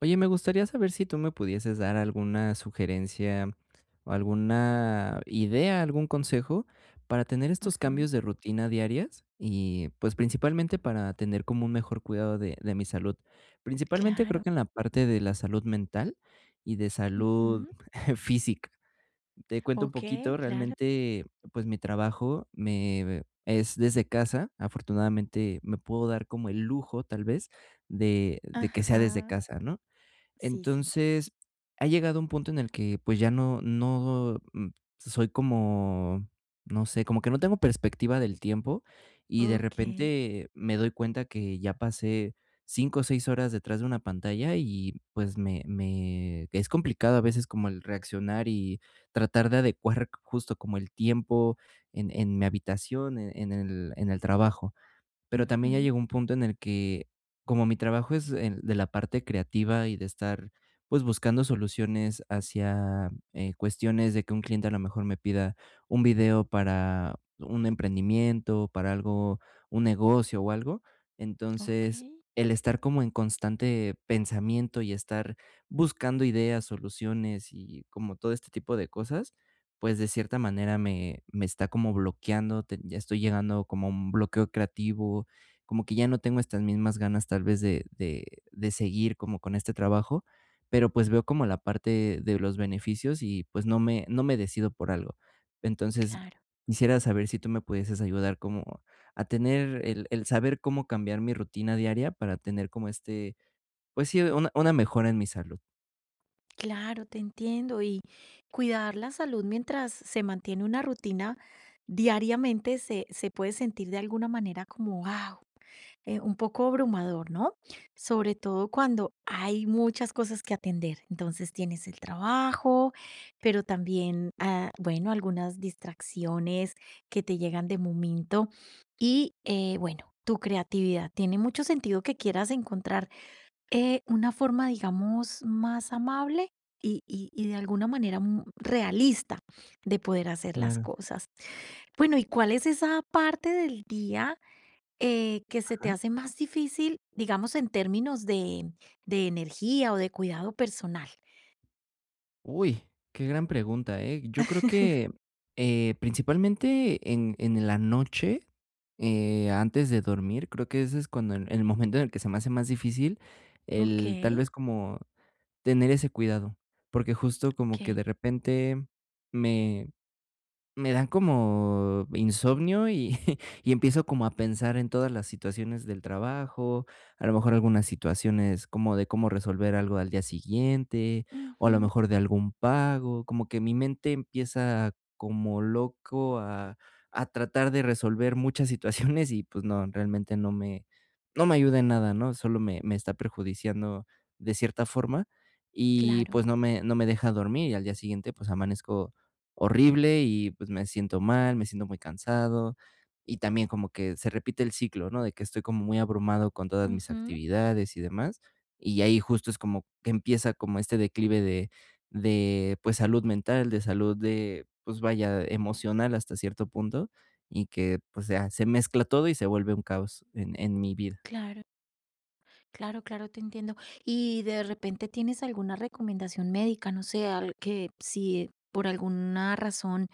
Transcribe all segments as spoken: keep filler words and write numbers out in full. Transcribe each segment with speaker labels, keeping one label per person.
Speaker 1: Oye, me gustaría saber si tú me pudieses dar alguna sugerencia o alguna idea, algún consejo para tener estos
Speaker 2: Ujú,
Speaker 1: cambios de rutina diarias y pues principalmente para tener como un mejor cuidado de, de mi salud. Principalmente creo
Speaker 2: claro.
Speaker 1: que en la parte de la salud mental y de salud
Speaker 2: Ujú.
Speaker 1: física. Te cuento un
Speaker 2: Okey,
Speaker 1: poquito,
Speaker 2: claro.
Speaker 1: realmente pues mi trabajo me... Es desde casa, afortunadamente me puedo dar como el lujo tal vez de, de que sea desde
Speaker 2: Ajá.
Speaker 1: casa, ¿no?
Speaker 2: Sí, sí.
Speaker 1: Entonces, ha llegado un punto en el que, pues, ya no no, mm, soy como, no sé, como que no tengo perspectiva del tiempo, y de
Speaker 2: Okey.
Speaker 1: repente me doy cuenta que ya pasé cinco o seis horas detrás de una pantalla y, pues, me me es complicado a veces como el reaccionar y tratar de adecuar justo como el tiempo en en mi habitación, en en el en el trabajo. Pero también ya
Speaker 2: Ujú.
Speaker 1: llegó un punto en el que, como mi trabajo es en- de la parte creativa y de estar pues buscando soluciones hacia eh, cuestiones de que un cliente a lo mejor me pida un video para un emprendimiento, para algo, un negocio o algo. Entonces,
Speaker 2: Okey.
Speaker 1: el estar como en constante pensamiento y estar buscando ideas, soluciones y como todo este tipo de cosas pues, de cierta manera me me está como bloqueando, te ya estoy llegando como a un bloqueo creativo, como que ya no tengo estas mismas ganas tal vez de de de seguir como con este trabajo, pero, pues, veo como la parte de los beneficios y, pues, no me no me decido por algo. Entonces,
Speaker 2: Claro,
Speaker 1: quisiera saber si tú me pudieses ayudar como a tener el el saber cómo cambiar mi rutina diaria para tener como este, pues sí, una una mejora en mi salud.
Speaker 2: claro, te entiendo. Y cuidar la salud mientras se mantiene una rutina diariamente se se puede sentir de alguna manera como, wow. Eh, un poco abrumador, ¿no? Sobre todo cuando hay muchas cosas que atender. Entonces tienes el trabajo, pero también, ah, bueno, algunas distracciones que te llegan de momento y, eh, bueno, tu creatividad. Tiene mucho sentido que quieras encontrar eh, una forma, digamos, más amable. Y, y, y de alguna manera mm, realista de poder hacer las
Speaker 1: Claro.
Speaker 2: cosas. Bueno, ¿y cuál es esa parte del día eh, que se te hace más difícil, digamos, en términos de de energía o de cuidado personal?
Speaker 1: Uy, qué gran pregunta, ¿eh? Yo creo que, eh, principalmente en en la noche, eh, antes de dormir, creo que ese es cuando en en el momento en el que se me hace más difícil el, tal
Speaker 2: Okey,
Speaker 1: vez, como tener ese cuidado, porque justo como que
Speaker 2: okey.
Speaker 1: de repente me me dan como insomnio y y empiezo como a pensar en todas las situaciones del trabajo, a lo mejor algunas situaciones como de cómo resolver algo al día siguiente, o a lo
Speaker 2: Ujú,
Speaker 1: mejor de algún pago, como que mi mente empieza como loco a a tratar de resolver muchas situaciones y, pues, no, realmente no me no me ayuda en nada, ¿no? Solo me me está perjudiciando de cierta forma y,
Speaker 2: claro,
Speaker 1: pues, no me no me deja dormir, y al día siguiente, pues, amanezco horrible y, pues, me siento mal, me siento muy cansado. Y también como que se repite el ciclo, ¿no? De que estoy como muy abrumado con todas mis
Speaker 2: ujú,
Speaker 1: actividades y demás. Y ahí justo es como que empieza como este declive de de, pues, salud mental, de salud de, pues, vaya, emocional hasta cierto punto, y que, pues, ya se mezcla todo y se vuelve un caos en en mi vida.
Speaker 2: claro. Claro, claro, te entiendo. Y de repente tienes alguna recomendación médica, no sé, al- que si por alguna razón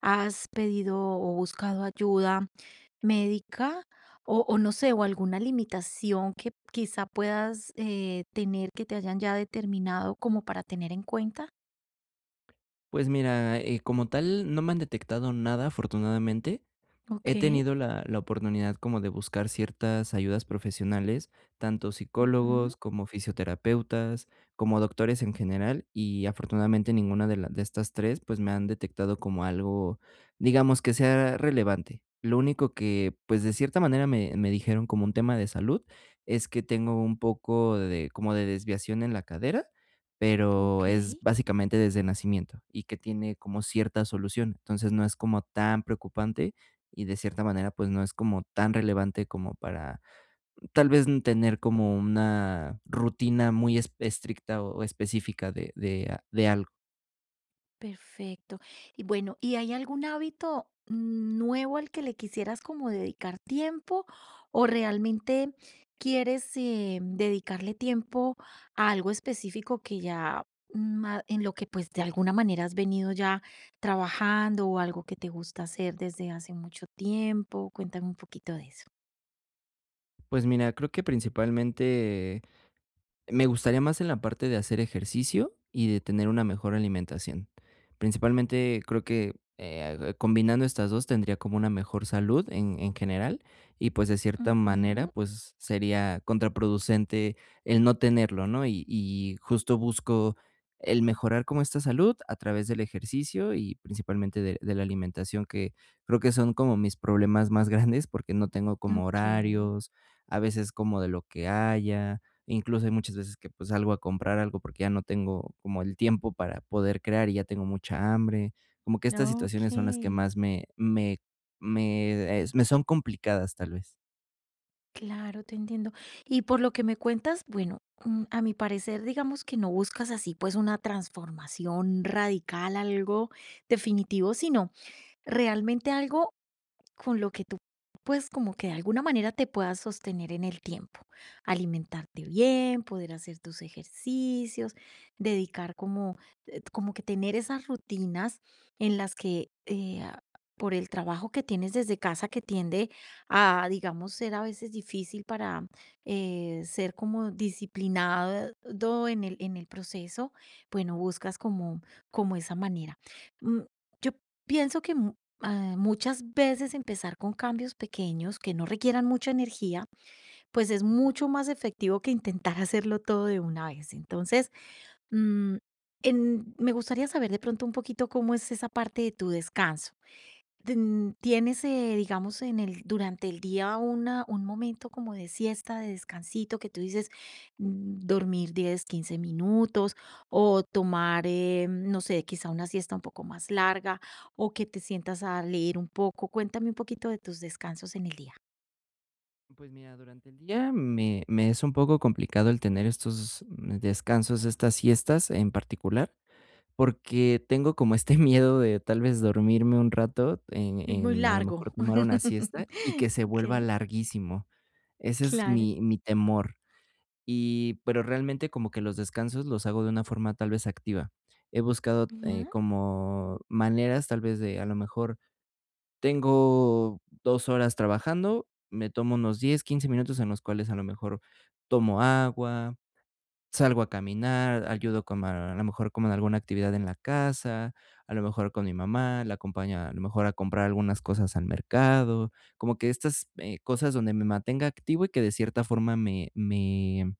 Speaker 2: has pedido o buscado ayuda médica o, o no sé, o alguna limitación que quizá puedas eh, tener que te hayan ya determinado como para tener en cuenta.
Speaker 1: Pues mira, eh, como tal, no me han detectado nada, afortunadamente. He
Speaker 2: Ok.
Speaker 1: tenido la la oportunidad como de buscar ciertas ayudas profesionales, tanto
Speaker 2: Ujú,
Speaker 1: psicólogos, como fisioterapeutas, como doctores en general, y afortunadamente ninguna de la de estas tres pues, me han detectado como algo, digamos, que sea relevante. Lo único que, pues, de cierta manera me me dijeron como un tema de salud, es que tengo un poco de como de desviación en la cadera, pero
Speaker 2: ok.
Speaker 1: es básicamente desde nacimiento, y que tiene como cierta solución. Entonces, no es como tan preocupante, y de cierta manera, pues, no es como tan relevante como para, tal vez, mm, tener como una rutina muy esp estricta o o específica de de a de algo.
Speaker 2: Perfecto. Y bueno, ¿y hay algún hábito nuevo al que le quisieras como dedicar tiempo o realmente quieres eh, dedicarle tiempo a algo específico que ya mm, a- en lo que pues de alguna manera has venido ya trabajando o algo que te gusta hacer desde hace mucho tiempo? Cuéntame un poquito de eso.
Speaker 1: Pues mira, creo que principalmente me gustaría más en la parte de hacer ejercicio y de tener una mejor alimentación. Principalmente, creo que, eh, combinando estas dos tendría como una mejor salud en en general y, pues, de cierta manera,
Speaker 2: Ujú,
Speaker 1: pues, sería contraproducente el no tenerlo, ¿no? Y y justo busco el mejorar como esta salud a través del ejercicio y principalmente de de la alimentación, que creo que son como mis problemas más grandes, porque no tengo como
Speaker 2: ok,
Speaker 1: horarios, a veces como de lo que haya. Incluso hay muchas veces que, pues, salgo a comprar algo porque ya no tengo como el tiempo para poder crear y ya tengo mucha hambre. Como que estas
Speaker 2: ok.
Speaker 1: situaciones son las que más me me me, eh, me son complicadas, tal vez.
Speaker 2: Claro, te entiendo. Y por lo que me cuentas, bueno, mm, a mi parecer, digamos que no buscas así pues una transformación radical, algo definitivo, sino realmente algo con lo que tú, pues como que de alguna manera te puedas sostener en el tiempo, alimentarte bien, poder hacer tus ejercicios, dedicar como, eh, como que tener esas rutinas en las que eh, a- por el trabajo que tienes desde casa que tiende a, digamos, ser a veces difícil para eh, ser como disciplinado en el, en el proceso, bueno, buscas como, como esa manera. Mm, Yo pienso que mu- ah, muchas veces empezar con cambios pequeños que no requieran mucha energía, pues es mucho más efectivo que intentar hacerlo todo de una vez. Entonces, mm, en- me gustaría saber de pronto un poquito cómo es esa parte de tu descanso. Ten ¿Tienes, eh, digamos, en el durante el día una un momento como de siesta, de descansito, que tú dices, mm, dormir diez, quince minutos, o tomar, eh, no sé, quizá una siesta un poco más larga, o que te sientas a leer un poco? Cuéntame un poquito de tus descansos en el día.
Speaker 1: Pues mira, durante el día me me es un poco complicado el tener estos, mm, descansos, estas siestas en particular, porque tengo como este miedo de tal vez dormirme un rato en
Speaker 2: Muy
Speaker 1: en a lo mejor
Speaker 2: largo.
Speaker 1: tomar una siesta y que se vuelva
Speaker 2: Okey,
Speaker 1: larguísimo. Ese es
Speaker 2: claro.
Speaker 1: mi mi temor. Y, pero realmente como que los descansos los hago de una forma tal vez activa. He buscado, eh,
Speaker 2: Ajá.
Speaker 1: como maneras tal vez de, a lo mejor, tengo dos horas trabajando, me tomo unos diez quince minutos en los cuales a lo mejor tomo agua, salgo a caminar, ayudo con a a lo mejor con alguna actividad en la casa, a lo mejor con mi mamá, la acompaño a lo mejor a comprar algunas cosas al mercado, como que estas, eh, cosas donde me mantenga activo y que de cierta forma me me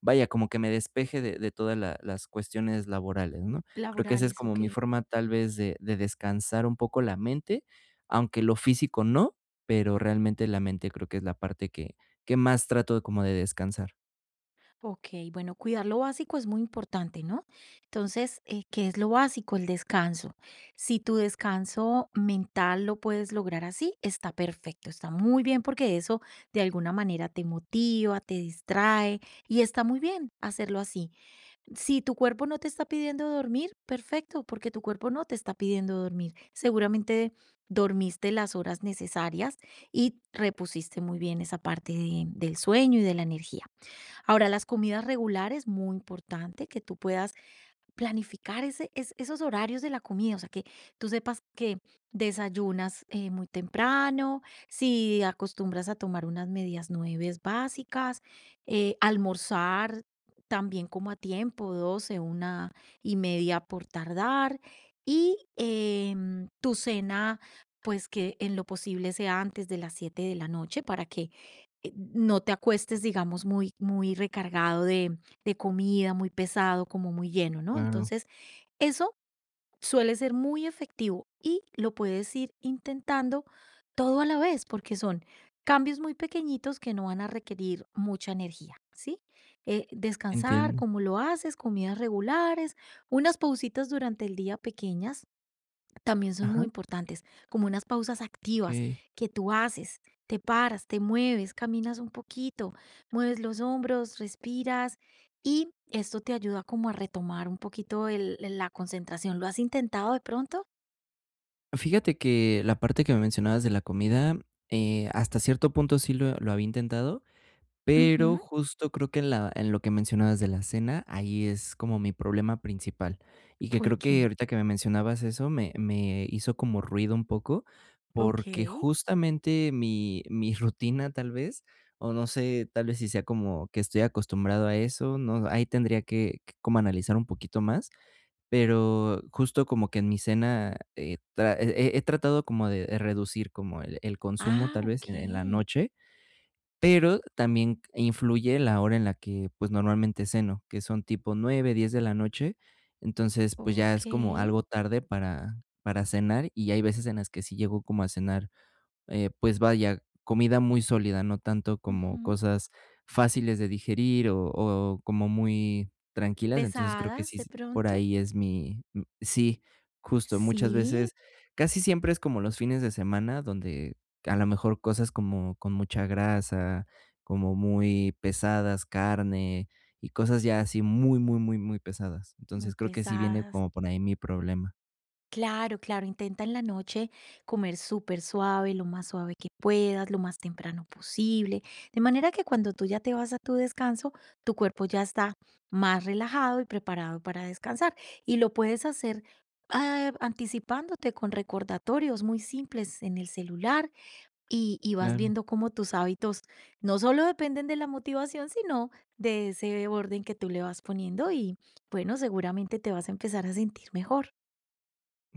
Speaker 1: vaya, como que me despeje de de todas la las cuestiones laborales, ¿no? Creo que esa es
Speaker 2: Laborales,
Speaker 1: como mi
Speaker 2: okey.
Speaker 1: forma, tal vez, de de descansar un poco la mente, aunque lo físico no, pero realmente la mente creo que es la parte que que más trato de como de descansar.
Speaker 2: Ok, bueno, cuidar lo básico es muy importante, ¿no? Entonces, eh, ¿qué es lo básico? El descanso. Si tu descanso mental lo puedes lograr así, está perfecto, está muy bien porque eso de alguna manera te motiva, te distrae y está muy bien hacerlo así. Si tu cuerpo no te está pidiendo dormir, perfecto, porque tu cuerpo no te está pidiendo dormir. Seguramente dormiste las horas necesarias y repusiste muy bien esa parte de- del sueño y de la energía. Ahora, las comidas regulares, muy importante que tú puedas planificar ese, es- esos horarios de la comida, o sea, que tú sepas que desayunas eh, muy temprano, si acostumbras a tomar unas medias nueves básicas, eh, almorzar también como a tiempo, doce una y media por tardar, y em, tu cena, pues que en lo posible sea antes de las siete de la noche para que eh, no te acuestes, digamos, muy, muy recargado de, de comida, muy pesado, como muy lleno, ¿no?
Speaker 1: Claro,
Speaker 2: Entonces, eso suele ser muy efectivo y lo puedes ir intentando todo a la vez, porque son cambios muy pequeñitos que no van a requerir mucha energía, ¿sí? Eh, descansar,
Speaker 1: entiendo.
Speaker 2: como lo haces, comidas regulares, unas pausitas durante el día pequeñas también son muy
Speaker 1: Ajá,
Speaker 2: importantes, como unas pausas activas
Speaker 1: okey.
Speaker 2: que tú haces, te paras, te mueves, caminas un poquito, mueves los hombros, respiras y esto te ayuda como a retomar un poquito el- la concentración. ¿Lo has intentado de pronto?
Speaker 1: Fíjate que la parte que me mencionabas de la comida, eh, hasta cierto punto sí lo lo había intentado. Pero
Speaker 2: Ujú,
Speaker 1: justo creo que en la en lo que mencionabas de la cena, ahí es como mi problema principal. Y que
Speaker 2: ¿por
Speaker 1: creo que
Speaker 2: qué?
Speaker 1: ahorita que me mencionabas eso, me me hizo como ruido un poco,
Speaker 2: Ok.
Speaker 1: porque justamente mi mi rutina, tal vez, o no sé, tal vez si sea como que estoy acostumbrado a eso, no, ahí tendría que que como analizar un poquito más, pero justo como que en mi cena, eh, tra he he he tratado como de de reducir como el el consumo,
Speaker 2: Ah,
Speaker 1: tal vez, en en la
Speaker 2: ok,
Speaker 1: noche, pero también influye la hora en la que, pues, normalmente ceno, que son tipo nueve diez de la noche. Entonces, pues, ya
Speaker 2: ok.
Speaker 1: es como algo tarde para para cenar, y hay veces en las que sí llego como a cenar eh, pues vaya, comida muy sólida, no tanto como
Speaker 2: Ujú.
Speaker 1: cosas fáciles de digerir o o como muy tranquilas. Entonces, creo que
Speaker 2: Pesadas
Speaker 1: sí,
Speaker 2: de
Speaker 1: por
Speaker 2: pronto.
Speaker 1: ahí es mi mm, sí, justo, muchas
Speaker 2: Sí,
Speaker 1: veces casi siempre es como los fines de semana donde a lo mejor cosas como con mucha grasa, como muy pesadas, carne y cosas ya así muy, muy, muy, muy pesadas.
Speaker 2: muy
Speaker 1: Entonces, creo que sí viene
Speaker 2: pesadas.
Speaker 1: como por ahí mi problema.
Speaker 2: Claro, claro, intenta en la noche comer súper suave, lo más suave que puedas, lo más temprano posible, de manera que cuando tú ya te vas a tu descanso, tu cuerpo ya está más relajado y preparado para descansar. Y lo puedes hacer ah, anticipándote con recordatorios muy simples en el celular y, y vas
Speaker 1: Claro.
Speaker 2: viendo cómo tus hábitos no solo dependen de la motivación, sino de ese orden que tú le vas poniendo y bueno, seguramente te vas a empezar a sentir mejor.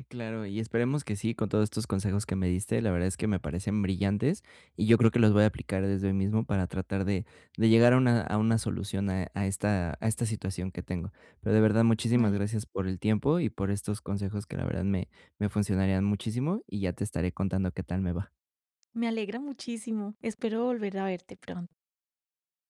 Speaker 1: Claro, y esperemos que sí, con todos estos consejos que me diste, la verdad es que me parecen brillantes y yo creo que los voy a aplicar desde hoy mismo para tratar de, de llegar a una, a una solución a, a esta, a esta situación que tengo. Pero de verdad, muchísimas
Speaker 2: Vale.
Speaker 1: gracias por el tiempo y por estos consejos que la verdad me, me funcionarían muchísimo y ya te estaré contando qué tal me va.
Speaker 2: Me alegra muchísimo. Espero volver a verte pronto.